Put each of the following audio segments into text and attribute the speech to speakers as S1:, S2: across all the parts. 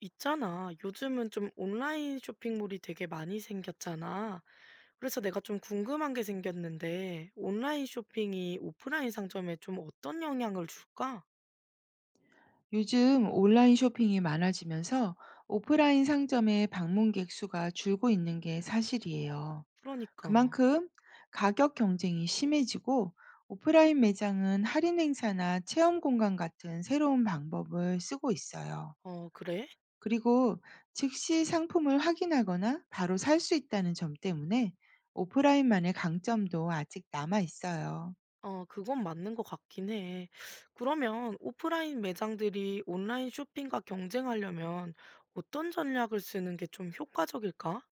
S1: 있잖아. 요즘은 좀 온라인 쇼핑몰이 되게 많이 생겼잖아. 그래서 내가 좀 궁금한 게 생겼는데, 온라인 쇼핑이 오프라인 상점에 좀 어떤 영향을 줄까?
S2: 요즘 온라인 쇼핑이 많아지면서 오프라인 상점의 방문객 수가 줄고 있는 게 사실이에요.
S1: 그러니까.
S2: 그만큼 가격 경쟁이 심해지고, 오프라인 매장은 할인 행사나 체험 공간 같은 새로운 방법을 쓰고 있어요.
S1: 어, 그래?
S2: 그리고 즉시 상품을 확인하거나 바로 살 수 있다는 점 때문에 오프라인만의 강점도 아직 남아 있어요.
S1: 어, 그건 맞는 것 같긴 해. 그러면 오프라인 매장들이 온라인 쇼핑과 경쟁하려면 어떤 전략을 쓰는 게 좀 효과적일까?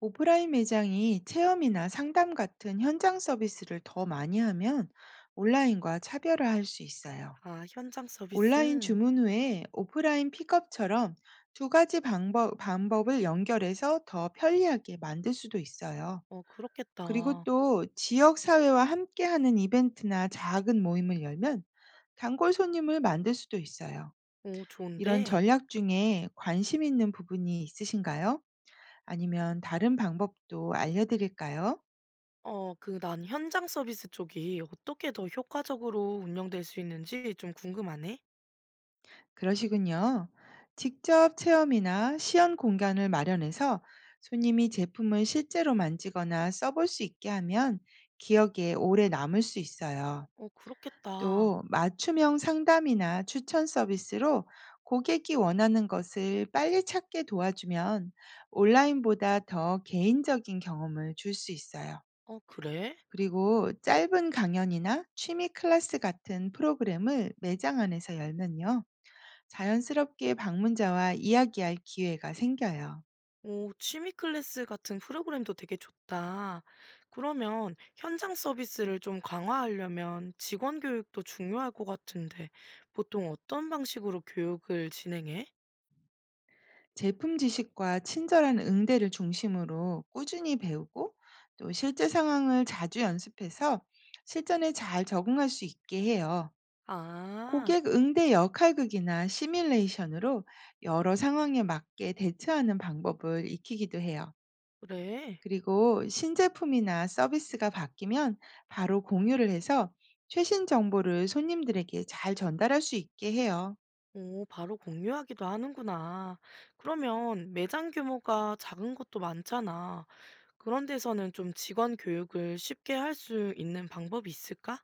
S2: 오프라인 매장이 체험이나 상담 같은 현장 서비스를 더 많이 하면 온라인과 차별화할 수 있어요.
S1: 아, 현장
S2: 온라인
S1: 서비스?
S2: 주문 후에 오프라인 픽업처럼 두 가지 방법을 연결해서 더 편리하게 만들 수도 있어요.
S1: 어,
S2: 그리고
S1: 그렇겠다.
S2: 또 지역 사회와 함께하는 이벤트나 작은 모임을 열면 단골 손님을 만들 수도 있어요.
S1: 오,
S2: 이런
S1: 좋은데?
S2: 전략 중에 관심 있는 부분이 있으신가요? 아니면 다른 방법도 알려드릴까요?
S1: 어, 난 현장 서비스 쪽이 어떻게 더 효과적으로 운영될 수 있는지 좀 궁금하네.
S2: 그러시군요. 직접 체험이나 시연 공간을 마련해서 손님이 제품을 실제로 만지거나 써볼 수 있게 하면 기억에 오래 남을 수 있어요.
S1: 어, 그렇겠다.
S2: 또 맞춤형 상담이나 추천 서비스로 고객이 원하는 것을 빨리 찾게 도와주면 온라인보다 더 개인적인 경험을 줄 수 있어요.
S1: 어, 그래?
S2: 그리고 짧은 강연이나 취미 클래스 같은 프로그램을 매장 안에서 열면요, 자연스럽게 방문자와 이야기할 기회가 생겨요.
S1: 오, 취미 클래스 같은 프로그램도 되게 좋다. 그러면 현장 서비스를 좀 강화하려면 직원 교육도 중요할 것 같은데 보통 어떤 방식으로 교육을 진행해?
S2: 제품 지식과 친절한 응대를 중심으로 꾸준히 배우고, 또 실제 상황을 자주 연습해서 실전에 잘 적응할 수 있게 해요.
S1: 아,
S2: 고객 응대 역할극이나 시뮬레이션으로 여러 상황에 맞게 대처하는 방법을 익히기도 해요.
S1: 그래.
S2: 그리고 신제품이나 서비스가 바뀌면 바로 공유를 해서 최신 정보를 손님들에게 잘 전달할 수 있게 해요.
S1: 오, 바로 공유하기도 하는구나. 그러면 매장 규모가 작은 곳도 많잖아. 그런 데서는 좀 직원 교육을 쉽게 할 수 있는 방법이 있을까?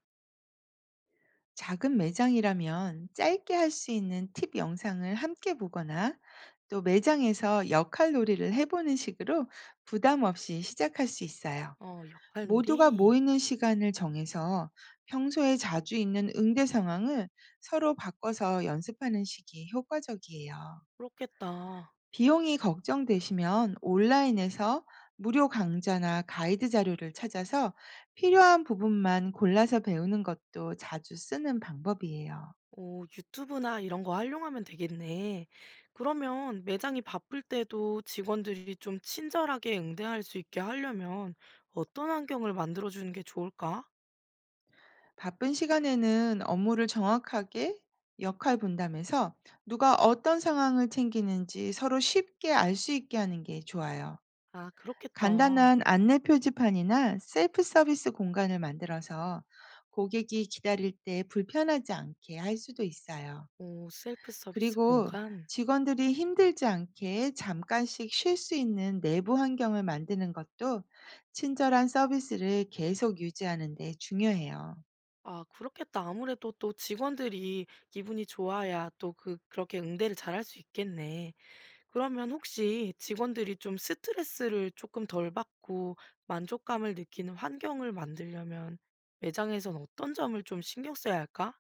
S2: 작은 매장이라면 짧게 할 수 있는 팁 영상을 함께 보거나, 또 매장에서 역할 놀이를 해보는 식으로 부담 없이 시작할 수 있어요.
S1: 어,
S2: 모두가
S1: 역할놀이?
S2: 모이는 시간을 정해서 평소에 자주 있는 응대 상황을 서로 바꿔서 연습하는 식이 효과적이에요.
S1: 그렇겠다.
S2: 비용이 걱정되시면 온라인에서 무료 강좌나 가이드 자료를 찾아서 필요한 부분만 골라서 배우는 것도 자주 쓰는 방법이에요.
S1: 오, 유튜브나 이런 거 활용하면 되겠네. 그러면 매장이 바쁠 때도 직원들이 좀 친절하게 응대할 수 있게 하려면 어떤 환경을 만들어주는 게 좋을까?
S2: 바쁜 시간에는 업무를 정확하게 역할 분담해서 누가 어떤 상황을 챙기는지 서로 쉽게 알 수 있게 하는 게 좋아요.
S1: 아, 그렇겠다.
S2: 간단한 안내 표지판이나 셀프 서비스 공간을 만들어서 고객이 기다릴 때 불편하지 않게 할 수도 있어요.
S1: 오, 셀프 서비스
S2: 그리고
S1: 공간?
S2: 직원들이 힘들지 않게 잠깐씩 쉴 수 있는 내부 환경을 만드는 것도 친절한 서비스를 계속 유지하는 데 중요해요.
S1: 아, 그렇겠다. 아무래도 또 직원들이 기분이 좋아야 또 그렇게 응대를 잘할 수 있겠네. 그러면 혹시 직원들이 좀 스트레스를 조금 덜 받고 만족감을 느끼는 환경을 만들려면 매장에선 어떤 점을 좀 신경 써야 할까?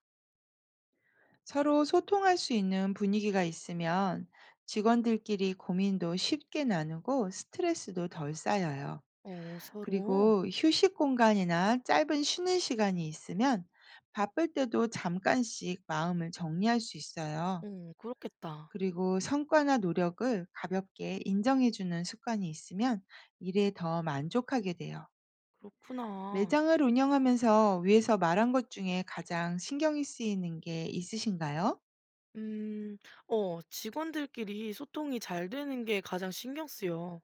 S2: 서로 소통할 수 있는 분위기가 있으면 직원들끼리 고민도 쉽게 나누고 스트레스도 덜 쌓여요.
S1: 어, 서로?
S2: 그리고 휴식 공간이나 짧은 쉬는 시간이 있으면 바쁠 때도 잠깐씩 마음을 정리할 수 있어요.
S1: 어, 그렇겠다.
S2: 그리고 성과나 노력을 가볍게 인정해주는 습관이 있으면 일에 더 만족하게 돼요.
S1: 그렇구나.
S2: 매장을 운영하면서 위에서 말한 것 중에 가장 신경이 쓰이는 게 있으신가요?
S1: 음 어, 직원들끼리 소통이 잘 되는 게 가장 신경 쓰여.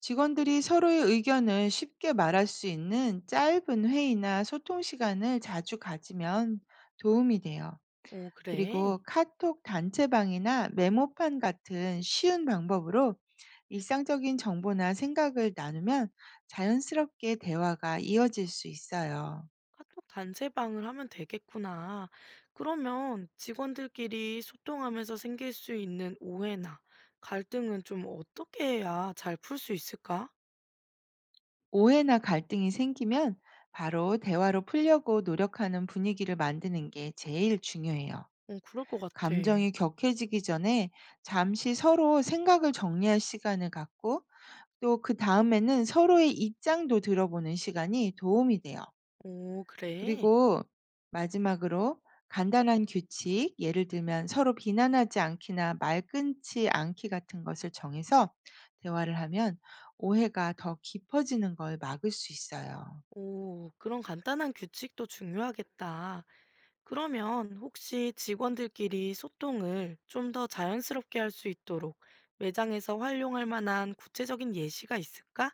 S2: 직원들이 서로의 의견을 쉽게 말할 수 있는 짧은 회의나 소통 시간을 자주 가지면 도움이 돼요.
S1: 어, 그래?
S2: 그리고 카톡 단체방이나 메모판 같은 쉬운 방법으로 일상적인 정보나 생각을 나누면 자연스럽게 대화가 이어질 수 있어요.
S1: 카톡 단체방을 하면 되겠구나. 그러면 직원들끼리 소통하면서 생길 수 있는 오해나 갈등은 좀 어떻게 해야 잘 풀 수 있을까?
S2: 오해나 갈등이 생기면 바로 대화로 풀려고 노력하는 분위기를 만드는 게 제일 중요해요.
S1: 어, 그럴 것 같아.
S2: 감정이 격해지기 전에 잠시 서로 생각을 정리할 시간을 갖고, 또 그 다음에는 서로의 입장도 들어보는 시간이 도움이 돼요.
S1: 오, 그래?
S2: 그리고 마지막으로 간단한 규칙, 예를 들면 서로 비난하지 않기나 말 끊지 않기 같은 것을 정해서 대화를 하면 오해가 더 깊어지는 걸 막을 수 있어요.
S1: 오, 그런 간단한 규칙도 중요하겠다. 그러면 혹시 직원들끼리 소통을 좀 더 자연스럽게 할 수 있도록 매장에서 활용할 만한 구체적인 예시가 있을까?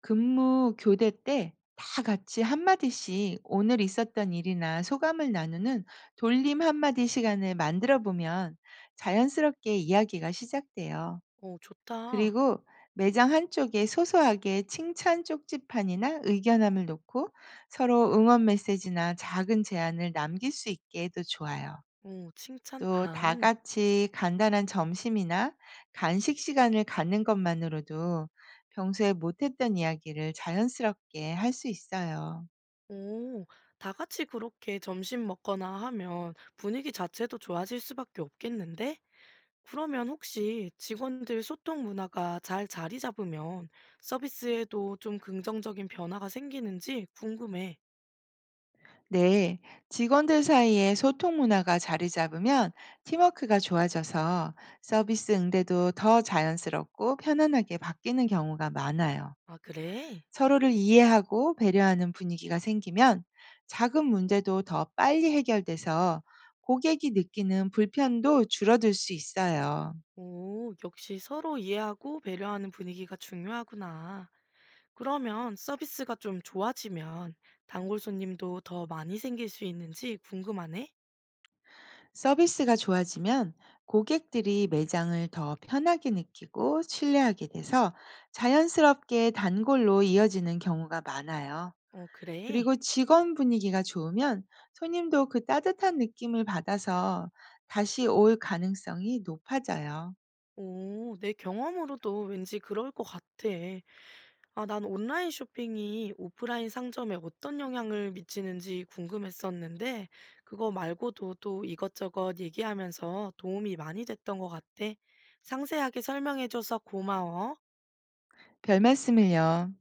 S2: 근무 교대 때 다 같이 한마디씩 오늘 있었던 일이나 소감을 나누는 돌림 한마디 시간을 만들어 보면 자연스럽게 이야기가 시작돼요.
S1: 오, 좋다.
S2: 그리고 매장 한쪽에 소소하게 칭찬 쪽지판이나 의견함을 놓고 서로 응원 메시지나 작은 제안을 남길 수 있게 해도 좋아요.
S1: 오, 칭찬
S2: 또 다
S1: 반.
S2: 같이 간단한 점심이나 간식 시간을 갖는 것만으로도 평소에 못했던 이야기를 자연스럽게 할 수 있어요.
S1: 오, 다 같이 그렇게 점심 먹거나 하면 분위기 자체도 좋아질 수밖에 없겠는데? 그러면 혹시 직원들 소통 문화가 잘 자리 잡으면 서비스에도 좀 긍정적인 변화가 생기는지 궁금해.
S2: 네, 직원들 사이에 소통 문화가 자리 잡으면 팀워크가 좋아져서 서비스 응대도 더 자연스럽고 편안하게 바뀌는 경우가 많아요.
S1: 아, 그래?
S2: 서로를 이해하고 배려하는 분위기가 생기면 작은 문제도 더 빨리 해결돼서 고객이 느끼는 불편도 줄어들 수 있어요.
S1: 오, 역시 서로 이해하고 배려하는 분위기가 중요하구나. 그러면 서비스가 좀 좋아지면 단골 손님도 더 많이 생길 수 있는지 궁금하네?
S2: 서비스가 좋아지면 고객들이 매장을 더 편하게 느끼고 신뢰하게 돼서 자연스럽게 단골로 이어지는 경우가 많아요.
S1: 어, 그래?
S2: 그리고 직원 분위기가 좋으면 손님도 그 따뜻한 느낌을 받아서 다시 올 가능성이 높아져요.
S1: 오, 내 경험으로도 왠지 그럴 것 같아. 아, 난 온라인 쇼핑이 오프라인 상점에 어떤 영향을 미치는지 궁금했었는데, 그거 말고도 또 이것저것 얘기하면서 도움이 많이 됐던 것 같아. 상세하게 설명해줘서 고마워.
S2: 별 말씀을요.